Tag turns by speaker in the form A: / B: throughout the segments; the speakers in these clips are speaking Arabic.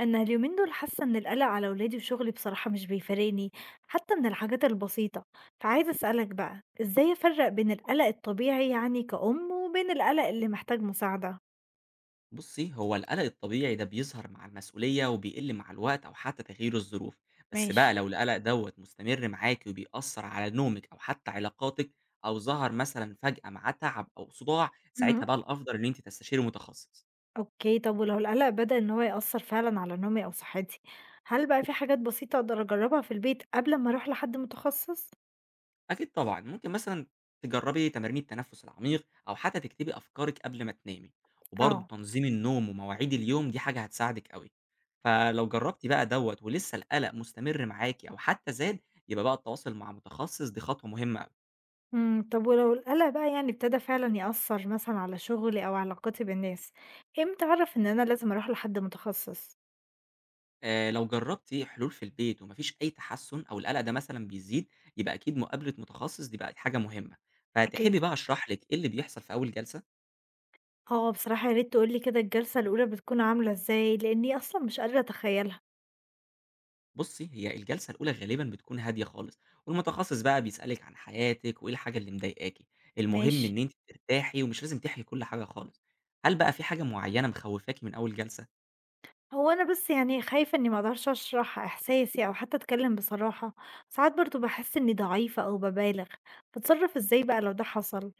A: انا اليومين دول حاسه ان القلق على ولادي وشغلي بصراحه مش بيفارقني حتى من الحاجات البسيطه. فعايزه اسالك بقى ازاي افرق بين القلق الطبيعي كأم وبين القلق اللي محتاج مساعده.
B: بُصّي، هو القلق الطبيعي ده بيظهر مع المسؤولية وبيقل مع الوقت أو حتى تغيير الظروف، بس بقى
A: ماشي.
B: لو القلق دوّة مستمر معاكِ وبيأثّر على نومِك أو حتى علاقاتِك أو ظهر مثلًا فجأة مع تعب أو صداع، ساعتها
A: مهم.
B: بقى الأفضل إن أنتِ تستشيري متخصص.
A: اوكي، طب ولو القلق بدأ ان هو يأثر فعلا على نومي او صحتي، هل بقى في حاجات بسيطه اقدر اجربها في البيت قبل ما اروح لحد متخصص؟
B: أكيد طبعًا، ممكن مثلًا تجرّبي تمارين التنفس العميق، أو حتى تكتبي أفكارِك قبل ما تنامي، وبرضه
A: اه.
B: تنظيم النوم ومواعيد اليوم دي حاجة هتساعدِك أوي، فلو جرّبتِ بقى دوّة ولسه القلق مستمر معاكِ أو حتى زاد، يبقى بقى التواصل مع متخصص دي خطوة مهمة أوي.
A: طب ولو القلق بقى ابتدى فعلا يأثر مثلا على شغلي او علاقتي بالناس، امتى اعرف ان انا لازم اروح لحد متخصص؟
B: لو جرّبتِ حلول في البيت وما فيش أي تحسُّن أو القلق ده مثلًا بيزيد، يبقى أكيد مقابلة متخصص دي بقت حاجة مهمة، فتحبي
A: اكيد.
B: بقى أشرح لِك إيه اللي بيحصل في أول جلسة؟
A: آه، بصراحة يا ريت تقول لي كده الجلسة الأولى بتكون عاملة إزاي، لإني أصلًا مش قادرة أتخيّلها.
B: بُصّي، هي الجلسة الأولى غالبًا بتكون هادية خالص، والمتخصص بقى بيسألِك عن حياتِك وإيه الحاجة اللي مضايقاكِ، المهم
A: ماشي.
B: إن أنتِ ترتاحي ومش لازم تحكي كل حاجة خالص. هل بقى في حاجة معيّنة مخوّفاكِ من أول جلسة؟
A: هو أنا بس خايفة إني ما أقدرش أشرح إحساسي أو حتى أتكلّم بصراحة، ساعات برضه باحس إني ضعيفة أو بابالغ، باتصرّف إزاي بقى لو ده حصل؟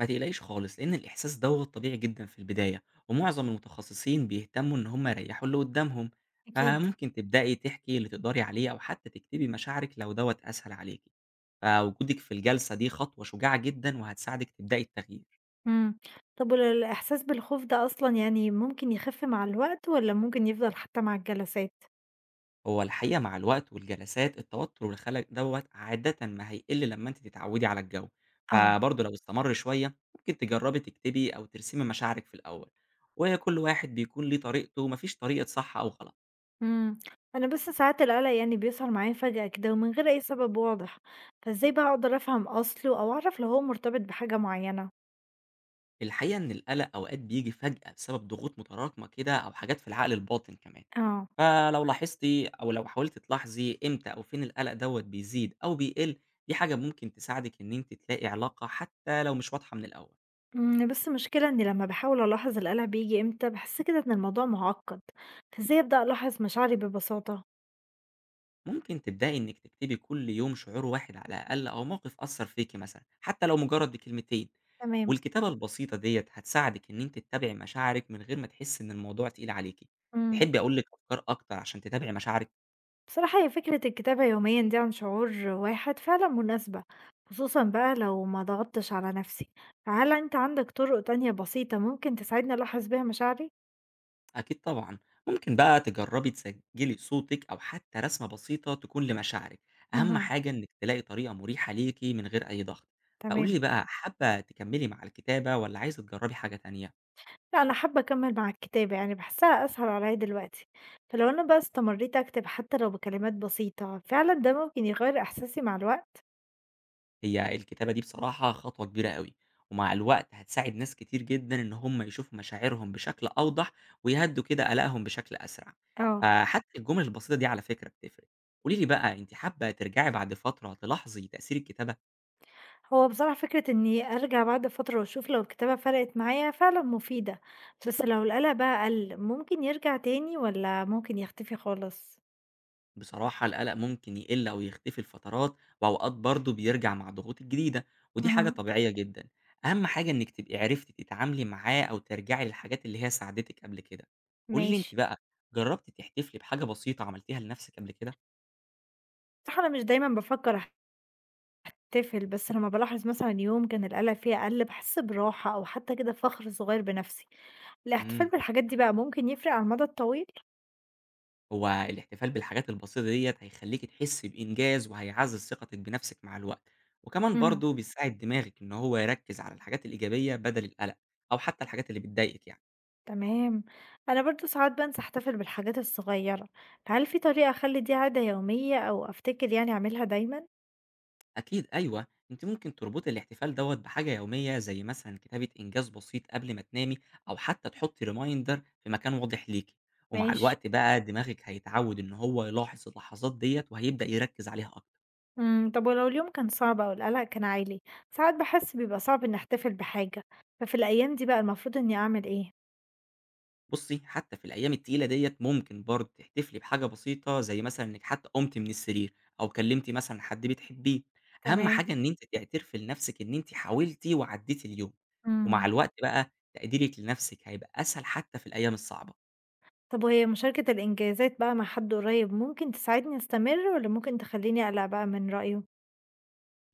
B: ما تقلقيش خالص، لإن الإحساس دوّة طبيعي جدًا في البداية، ومعظم المتخصصين بيهتموا إن هم يريّحوا اللي قدّامهم،
A: أكيد.
B: فممكن تبدئي تحكي اللي تقدري عليه أو حتى تكتبي مشاعرك لو دوّة أسهل عليكِ. فوجودِك في الجلسة دي خطوة شجاعة جدًا وهتساعدِك تبدئي التغيير.
A: إمم، طب ول الإحساس بالخوف ده أصلًا ممكن يخِف مع الوقت والّا ممكن يفضل حتى مع الجلسات؟
B: هو الحقيقة مع الوقت والجلسات التوتر والخلل دوّة عادةً ما هيقل لمّا أنتِ تتعودي على الجو،
A: آه.
B: فبرضه لو استمر شوية ممكن تجربي تكتبي أو ترسمي مشاعرِك في الأول، وكل واحد بيكون ليه طريقته ما فيش طريقة صح أو غلط.
A: إمم. أنا بس ساعات القلق بيظهر معايا فجأة كده ومن غير أي سبب واضح، فإزاي بقى أقدر أفهم أصله أو أعرف لو هو مرتبط بحاجة معينة؟
B: الحقيقة إن القلق أوقات بييجي فجأة بسبب ضغوط متراكمة كده أو حاجات في العقل الباطن كمان،
A: آه.
B: فلو لاحظتِ أو لو حاولتِ تلاحظي إمتى أو فين القلق دوّة بيزيد أو بيقل، دي حاجة ممكن تساعدِك إن أنتِ تلاقي علاقة حتى لو مش واضحة من الأول.
A: بس المشكلة إني لمّا باحاول ألاحظ القلق بييجي إمتى، باحس كده إن الموضوع معقد، فإزاي أبدأ ألاحظ مشاعري ببساطة؟
B: ممكن تبدأي إنِك تكتبي كل يوم شعور واحد على الأقل أو موقف أثّر فيكِ مثلًا، حتى لو مجرد بكلمتين،
A: تمام.
B: والكتابة البسيطة ديّة هتساعدِك إن أنتِ تتابعي مشاعرِك من غير ما تحسّي إن الموضوع تقيل عليكِ.
A: إمم.
B: تحبي أقول لِك أفكار أكتر عشان تتابعي مشاعرِك؟
A: بصراحة هي فكرة الكتابة يوميًا دي عن شعور واحد فعلًا مناسبة، خصوصًا بقى لو ما ضغطتش على نفسي، فهل أنت عندك طرق تانية بسيطة ممكن تساعدني ألاحظ بيها مشاعري؟
B: أكيد طبعًا، ممكن بقى تجرّبي تسجّلي صوتِك أو حتى رسمة بسيطة تكون لمشاعرِك، أهم
A: اهم.
B: حاجة إنِك تلاقي طريقة مريحة ليكِ من غير أي ضغط. فقولي
A: تمام.
B: لي بقى، حابة تكمّلي مع الكتابة والّا عايزة تجرّبي حاجة تانية؟
A: لأ، أنا حابة أكمّل مع الكتابة، باحسّها أسهل عليّا دلوقتي، فلو أنا بقى استمريت أكتب حتى لو بكلمات بسيطة، فعلًا ده ممكن يغيّر إحساسي مع الوقت؟
B: هي الكتابة دي بصراحة خطوة كبيرة أوي، ومع الوقت هتساعد ناس كتير جدًا إن هم يشوفوا مشاعرهم بشكل أوضح، ويهدّوا كده قلقهم بشكل أسرع،
A: آه،
B: فحتى الجمل البسيطة دي على فكرة بتفرق. قولي لي بقى أنتِ حابة ترجعي بعد فترة تلاحظي تأثير الكتابة؟
A: هو بصراحة فكرة إني أرجع بعد فترة وأشوف لو الكتابة فرقت معايا فعلًا مفيدة، بس لو القلق بقى قَل، ممكن يرجع تاني والّا ممكن يختفي خالص؟
B: بصراحة القلق ممكن يقل أو يختفي لفترات وأوقات برضه بيرجع مع الضغوط الجديدة، ودي حاجة
A: اهم.
B: طبيعية جدا. أهم حاجة إنك تبقي عرفتي تتعاملي معاه أو ترجعي للحاجات اللي هي ساعدتك قبل كده. قولي لي أنت
A: ماشي.
B: بقى جربتي تحتفلي بحاجة بسيطة عملتيها لنفسك قبل كده؟
A: بصراحة أنا مش دايمًا بافكّر أحتفل، بس لمّا بالاحظ مثلًا يوم كان القلق فيه أقل باحس براحة أو حتى كده فخر صغير بنفسي. الاحتفال
B: امم
A: بالحاجات دي بقى ممكن يفرق على المدى الطويل؟
B: هو الاحتفال بالحاجات البسيطة ديت هيخليكي تحسي بإنجاز وهيعزز ثقتك بنفسك مع الوقت، وكمان
A: مهم.
B: برضه بيساعد دماغك إن هو يركز على الحاجات الإيجابية بدل القلق، أو حتى الحاجات اللي بتضايقك يعني.
A: تمام. أنا برضو ساعات بنسى أحتفل بالحاجات الصغيرة، فهل في طريقة أخلي دي عادة يومية أو أفتكر أعملها دايما؟
B: أكيد أيوه، أنتِ ممكن تربطي الاحتفال دوّة بحاجة يومية زي مثلًا كتابة إنجاز بسيط قبل ما تنامي، أو حتى تحطي reminder في مكان واضح ليكِ، ومع
A: ماشي.
B: الوقت بقى دماغِك هيتعود إن هو يلاحظ اللحظات ديّة وهيبدأ يركز عليها أكتر.
A: مم. طب ولو اليوم كان صعب أو القلق كان عالي، ساعات بحس بيبقى صعب إني أحتفل بحاجة، ففي الأيام دي بقى المفروض إني أعمل إيه؟
B: بُصّي، حتى في الأيام التقيلة ديّة ممكن برضه تحتفلي بحاجة بسيطة زي مثلًا إنِك حتى قُمتِ من السرير، أو كلمتِ مثلًا حد بتحبيه، أهم
A: تمام.
B: حاجة إن أنتِ تعترفي لنفسِك إن أنتِ حاولتِ وعديتِ اليوم، ومع
A: مم.
B: الوقت بقى تقديرِك لنفسِك هيبقى أسهل حتى في الأيام الصعبة.
A: طب وهي مشاركة الإنجازات بقى مع حد قريب ممكن تساعدني أستمر ولا ممكن تخليني أقلق بقى من رأيه؟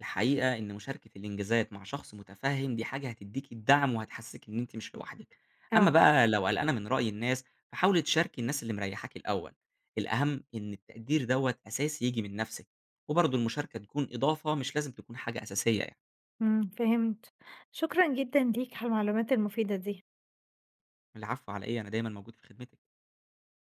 B: الحقيقة إن مشاركة الإنجازات مع شخص متفهم دي حاجة هتديكِ الدعم وهتحسسِك إن أنتِ مش لوحدِك، أما
A: اه.
B: بقى لو قلقانة من رأي الناس فحاولي تشاركي الناس اللي مريحاكِ الأول، الأهم إن التقدير دوّة أساس ييجي من نفسِك، وبرضه المشاركة تكون إضافة مش لازم تكون حاجة أساسية يعني.
A: إمم، فهمت. شكرًا جدًا ليك على المعلومات المفيدة دي.
B: العفو على إيه، أنا دايمًا موجود في خدمتِك.